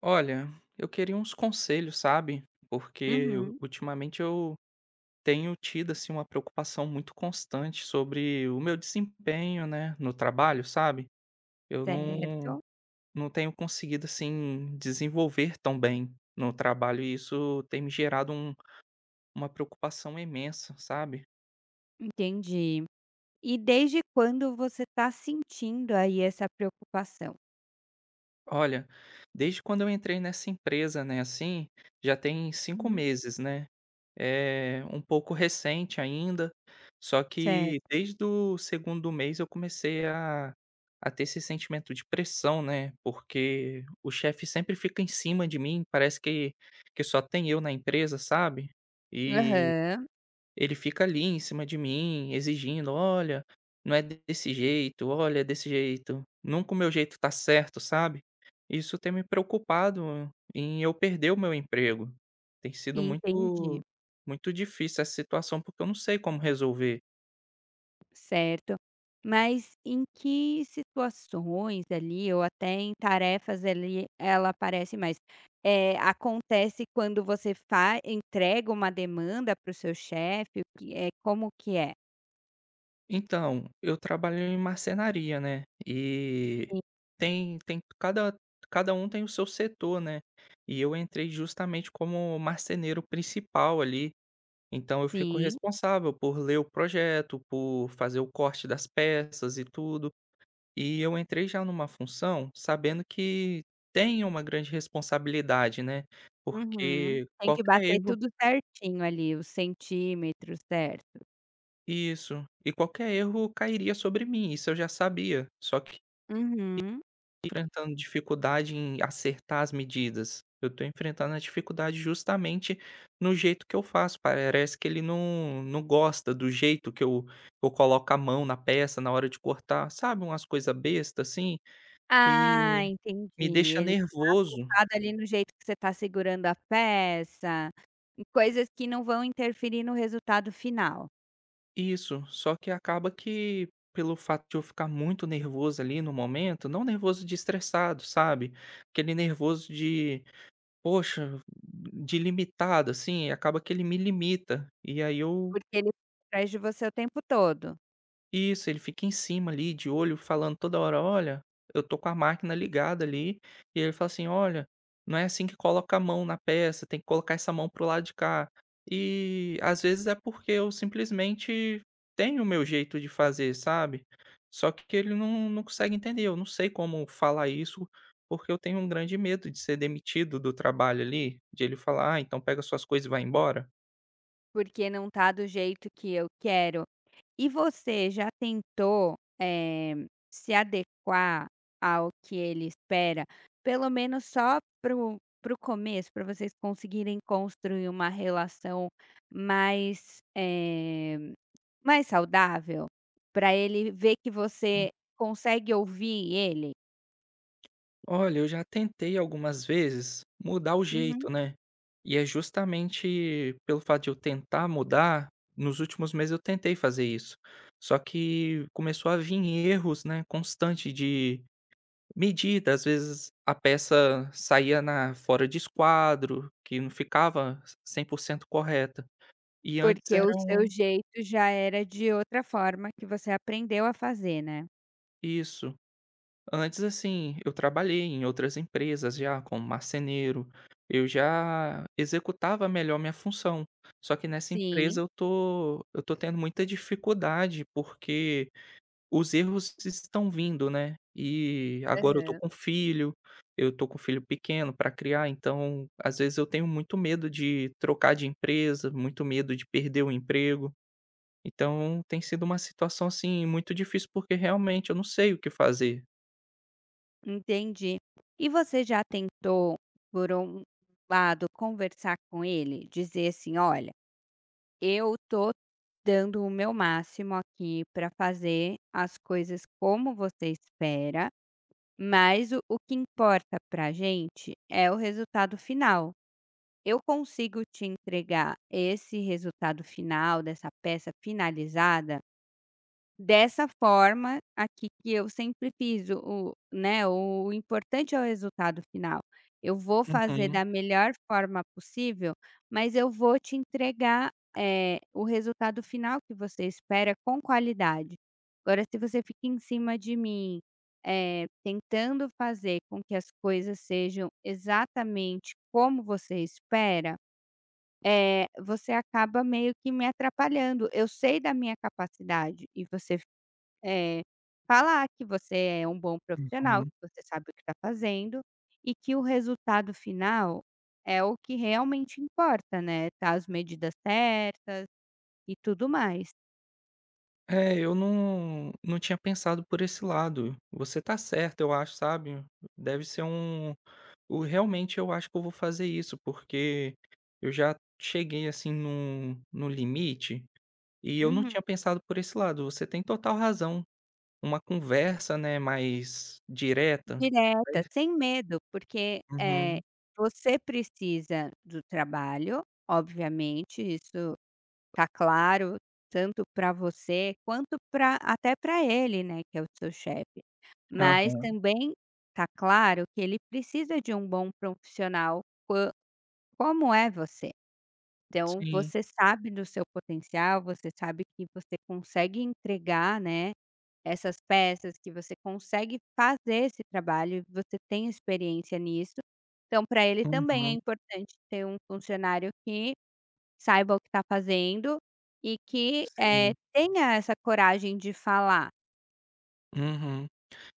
Olha, eu queria uns conselhos, sabe? Porque u Uhum, ultimamente eu tenho tido, assim, uma preocupação muito constante sobre o meu desempenho, né, no trabalho, sabe? Eu não certo, não tenho conseguido, assim, desenvolver tão bem no trabalho e isso tem me gerado uma preocupação imensa, sabe? entendi. E desde quando você está sentindo aí essa preocupação? Olha, desde quando eu entrei nessa empresa, né, assim, já tem cinco Uhum. meses, né? É um pouco recente ainda, só que Certo. desde o segundo mês eu comecei a ter esse sentimento de pressão, né, porque o chefe sempre fica em cima de mim, parece que só tem eu na empresa, sabe? E Aham, ele fica ali em cima de mim, exigindo: "Olha, não é desse jeito, olha, é desse jeito. Nunca o meu jeito tá certo", sabe. Isso tem me preocupado em eu perder o meu emprego. Tem sido entendi, muito difícil essa situação, porque eu não sei como resolver. certo. Mas em que situações ali ou até em tarefas ali ela aparece mais? Acontece quando você fa entrega uma demanda para o seu chefe, o que é, como que é? Então, eu trabalho em marcenaria, né, e tem tem cada cada um tem o seu setor, né, e eu entrei justamente como marceneiro principal ali. Então eu fico Sim. responsável por ler o projeto, por fazer o corte das peças e tudo. E eu entrei já numa função sabendo que tem uma grande responsabilidade, né, Uhum. porque Tem que qualquer bater erro tudo certinho ali, os centímetros, certo. isso, e qualquer erro cairia sobre mim, isso eu já sabia, só que Uhum. enfrentando dificuldade em acertar as medidas, eu estou enfrentando a dificuldade justamente no jeito que eu faço, parece que ele não gosta do jeito que eu coloco a mão na peça na hora de cortar, sabe, umas coisas bestas assim, que Ah, entendi. me deixa Ele tá nervoso. focado ali no jeito que você tá segurando a peça, em coisas que não vão interferir no resultado final, Isso, só que acaba que pelo fato de eu ficar muito nervoso ali no momento, não nervoso de estressado, sabe, aquele nervoso de poxa, de limitado, assim, acaba que ele me limita, e aí eu porque ele fica atrás de você o tempo todo, isso, ele fica em cima ali, de olho, falando toda hora: "Olha, eu tô com a máquina ligada ali", e ele fala assim: "Olha, não é assim que coloca a mão na peça, tem que colocar essa mão pro lado de cá". E às vezes é porque eu simplesmente tenho o meu jeito de fazer, sabe. Só que ele não consegue entender, eu não sei como falar isso, porque eu tenho um grande medo de ser demitido do trabalho ali, de ele falar: "Ah, então pega suas coisas e vai embora". porque não tá do jeito que eu quero. E você já tentou, eh, se adequar ao que ele espera, pelo menos só para o começo, para vocês conseguirem construir uma relação mais, mais saudável? Para ele ver que você consegue ouvir ele? Olha, eu já tentei algumas vezes mudar o Uhum. jeito, né. E é justamente pelo fato de eu tentar mudar, nos últimos meses eu tentei fazer isso. Só que começou a vir erros, né, constante de medida, às vezes a peça saía na fora de esquadro, que não ficava 100% correta. E antes Porque era o seu um jeito já era de outra forma que você aprendeu a fazer, né? isso. Antes, assim, eu trabalhei em outras empresas já como marceneiro, eu já executava melhor minha função. Só que nessa Sim. empresa eu tô tendo muita dificuldade, porque os erros estão vindo, né. E agora eu tô Aham. com filho, eu tô com filho pequeno para criar, então, às vezes eu tenho muito medo de trocar de empresa, muito medo de perder o emprego. Então tem sido uma situação, assim, muito difícil, porque realmente eu não sei o que fazer. Entendi. E você já tentou, por um lado, conversar com ele, dizer assim: olha, eu tô dando o meu máximo aqui para fazer as coisas como você espera, mas o que importa para gente é o resultado final. Eu consigo te entregar esse resultado final dessa peça finalizada dessa forma aqui que eu sempre fiz o né, o importante é o resultado final. Eu vou fazer Uhum. da melhor forma possível, mas eu vou te entregar, o resultado final que você espera com qualidade. Agora se você fica em cima de mim, tentando fazer com que as coisas sejam exatamente como você espera, você acaba meio que me atrapalhando. Eu sei da minha capacidade e você é, falar que você é um bom profissional, Uhum. que você sabe o que está fazendo e que o resultado final é o que realmente importa, né, tá, as medidas certas e tudo mais. É, eu não tinha pensado por esse lado. Você tá certo, eu acho, sabe. Deve ser um o Realmente eu acho que eu vou fazer isso, porque eu já cheguei, assim, no limite e eu não Uhum. tinha pensado por esse lado. Você tem total razão. Uma conversa, né, mais direta. Direta, Aí sem medo, porque, uhum. você precisa do trabalho, obviamente, isso tá claro, tanto para você quanto para até para ele, né, que é o seu chefe. Mas Aham. também tá claro que ele precisa de um bom profissional, como é você. Então Sim. você sabe do seu potencial, você sabe que você consegue entregar, né, essas peças, que você consegue fazer esse trabalho, você tem experiência nisso. Então para ele também é Uhum. importante ter um funcionário que saiba o que está fazendo e que, Sim. tenha essa coragem de falar. Uhum.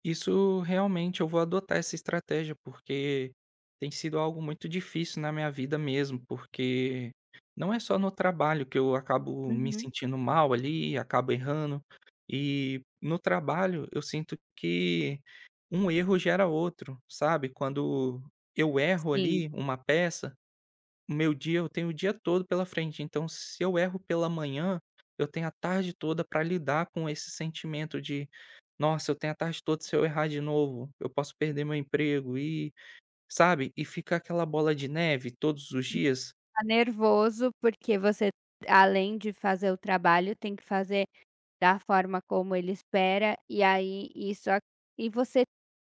Isso realmente eu vou adotar essa estratégia, porque tem sido algo muito difícil na minha vida mesmo, porque não é só no trabalho que eu acabo me Uhum. sentindo mal ali, acabo errando. E no trabalho eu sinto que um erro gera outro, sabe? Quando eu erro Sim, ali uma peça, o meu dia eu tenho o dia todo pela frente, então se eu erro pela manhã, eu tenho a tarde toda para lidar com esse sentimento de: "Nossa, eu tenho a tarde toda, se eu errar de novo, eu posso perder meu emprego", e sabe, e fica aquela bola de neve todos os dias. tá nervoso porque você, além de fazer o trabalho, tem que fazer da forma como ele espera, e aí isso a e você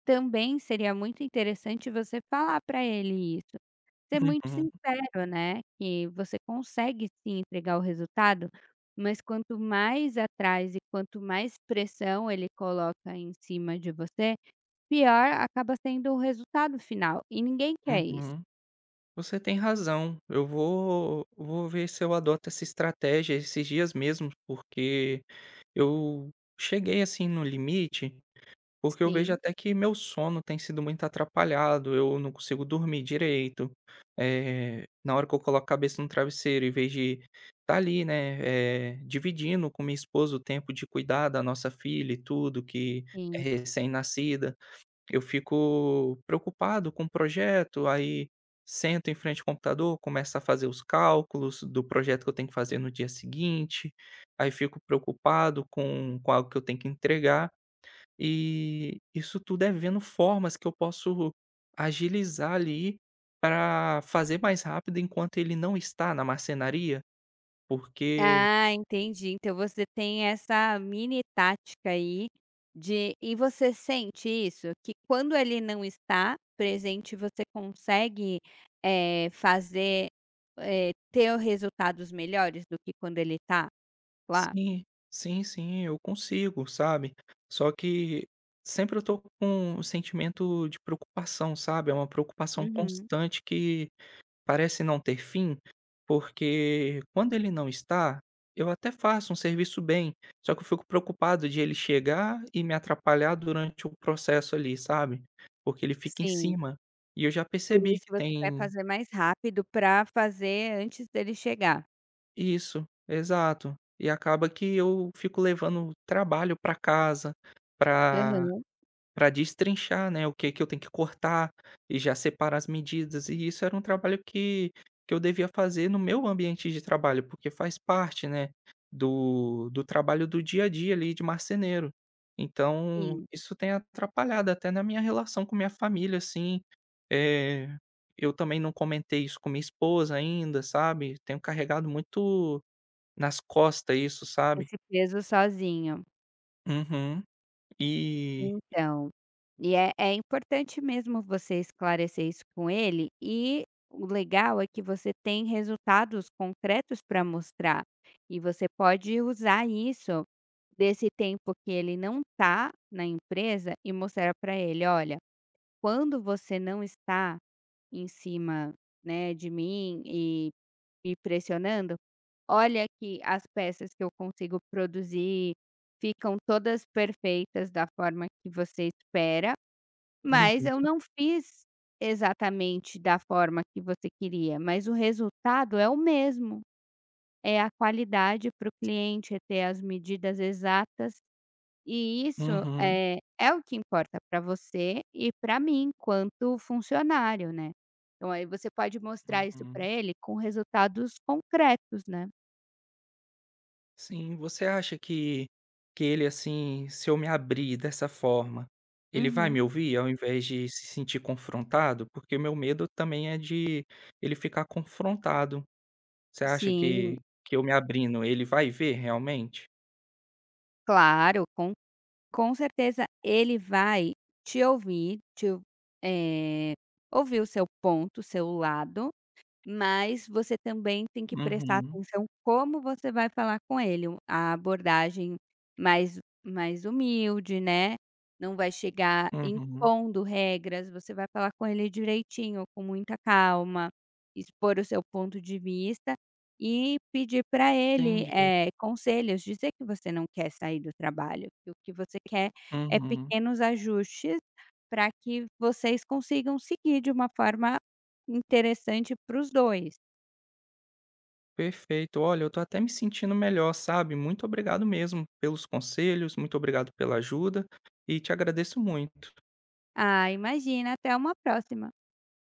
também seria muito interessante você falar para ele isso. Ser muito Uhum, sincero, né, que você consegue sim entregar o resultado, mas quanto mais atrás e quanto mais pressão ele coloca em cima de você, pior acaba sendo o resultado final, e ninguém quer isso. uhum. Você tem razão, eu vou ver se eu adoto essa estratégia esses dias mesmo, porque eu cheguei, assim, no limite. Porque eu vejo Sim, até que meu sono tem sido muito atrapalhado, eu não consigo dormir direito. Eh, na hora que eu coloco a cabeça no travesseiro, em vez de estar ali, né, eh, dividindo com minha esposa o tempo de cuidar da nossa filha e tudo, que é sim. recém-nascida, eu fico preocupado com o projeto, aí sento em frente ao computador, começo a fazer os cálculos do projeto que eu tenho que fazer no dia seguinte, aí fico preocupado com algo que eu tenho que entregar. E isso tudo é vendo formas que eu posso agilizar ali para fazer mais rápido enquanto ele não está na marcenaria, porque Ah, entendi. Então você tem essa mini tática aí de, e você sente isso? Que quando ele não está presente, você consegue, fazer, ter resultados melhores do que quando ele está lá? sim, sim, sim, eu consigo, sabe. Só que sempre eu tô com um sentimento de preocupação, sabe, é uma preocupação Uhum, constante que parece não ter fim, porque quando ele não está, eu até faço um serviço bem, só que eu fico preocupado de ele chegar e me atrapalhar durante o processo ali, sabe. Porque ele fica em sim. cima, e eu já Por percebi isso que você quer tem fazer mais rápido, para fazer antes dele chegar. isso, exato. E acaba que eu fico levando trabalho para casa, para Aham, para destrinchar, né, o que que eu tenho que cortar e já separar as medidas, e isso era um trabalho que eu devia fazer no meu ambiente de trabalho, porque faz parte, né, do trabalho do dia a dia ali de marceneiro. Então, sim. isso tem atrapalhado até na minha relação com minha família, assim, eh, eu também não comentei isso com minha esposa ainda, sabe, tenho carregado muito nas costas isso, sabe. Esse peso sozinho. Uhum. E Então, e é, é importante mesmo você esclarecer isso com ele, e o legal é que você tem resultados concretos para mostrar, e você pode usar isso, desse tempo que ele não está na empresa, e mostrar para ele: "Olha, quando você não está em cima, né, de mim e pressionando, olha que as peças que eu consigo produzir ficam todas perfeitas da forma que você espera, mas Uhum, eu não fiz exatamente da forma que você queria, mas o resultado é o mesmo. É a qualidade para o cliente, é ter as medidas exatas. E isso uhum, é, é o que importa para você e para mim, quanto funcionário, né? Então aí você pode mostrar isso para uhum. ele com resultados concretos, né? Sim, você acha que ele, assim, se eu me abrir dessa forma, ele vai Uhum. me ouvir ao invés de se sentir confrontado? Porque o meu medo também é de ele ficar confrontado. Você acha Sim, que eu me abrindo, ele vai ver realmente? claro, com certeza ele vai te ouvir, eh, ouvir o seu ponto, o seu lado. Mas você também tem que prestar Uhum, atenção como você vai falar com ele, a abordagem mais humilde, né, não vai chegar uhum, impondo regras, você vai falar com ele direitinho, com muita calma, expor o seu ponto de vista e pedir para ele, entendi. Conselhos, dizer que você não quer sair do trabalho, que o que você quer é Uhum, pequenos ajustes para que vocês consigam seguir de uma forma interessante para os 2. perfeito. Olha, eu tô até me sentindo melhor, sabe. Muito obrigado mesmo pelos conselhos, muito obrigado pela ajuda e te agradeço muito. Ah, imagina, até uma próxima.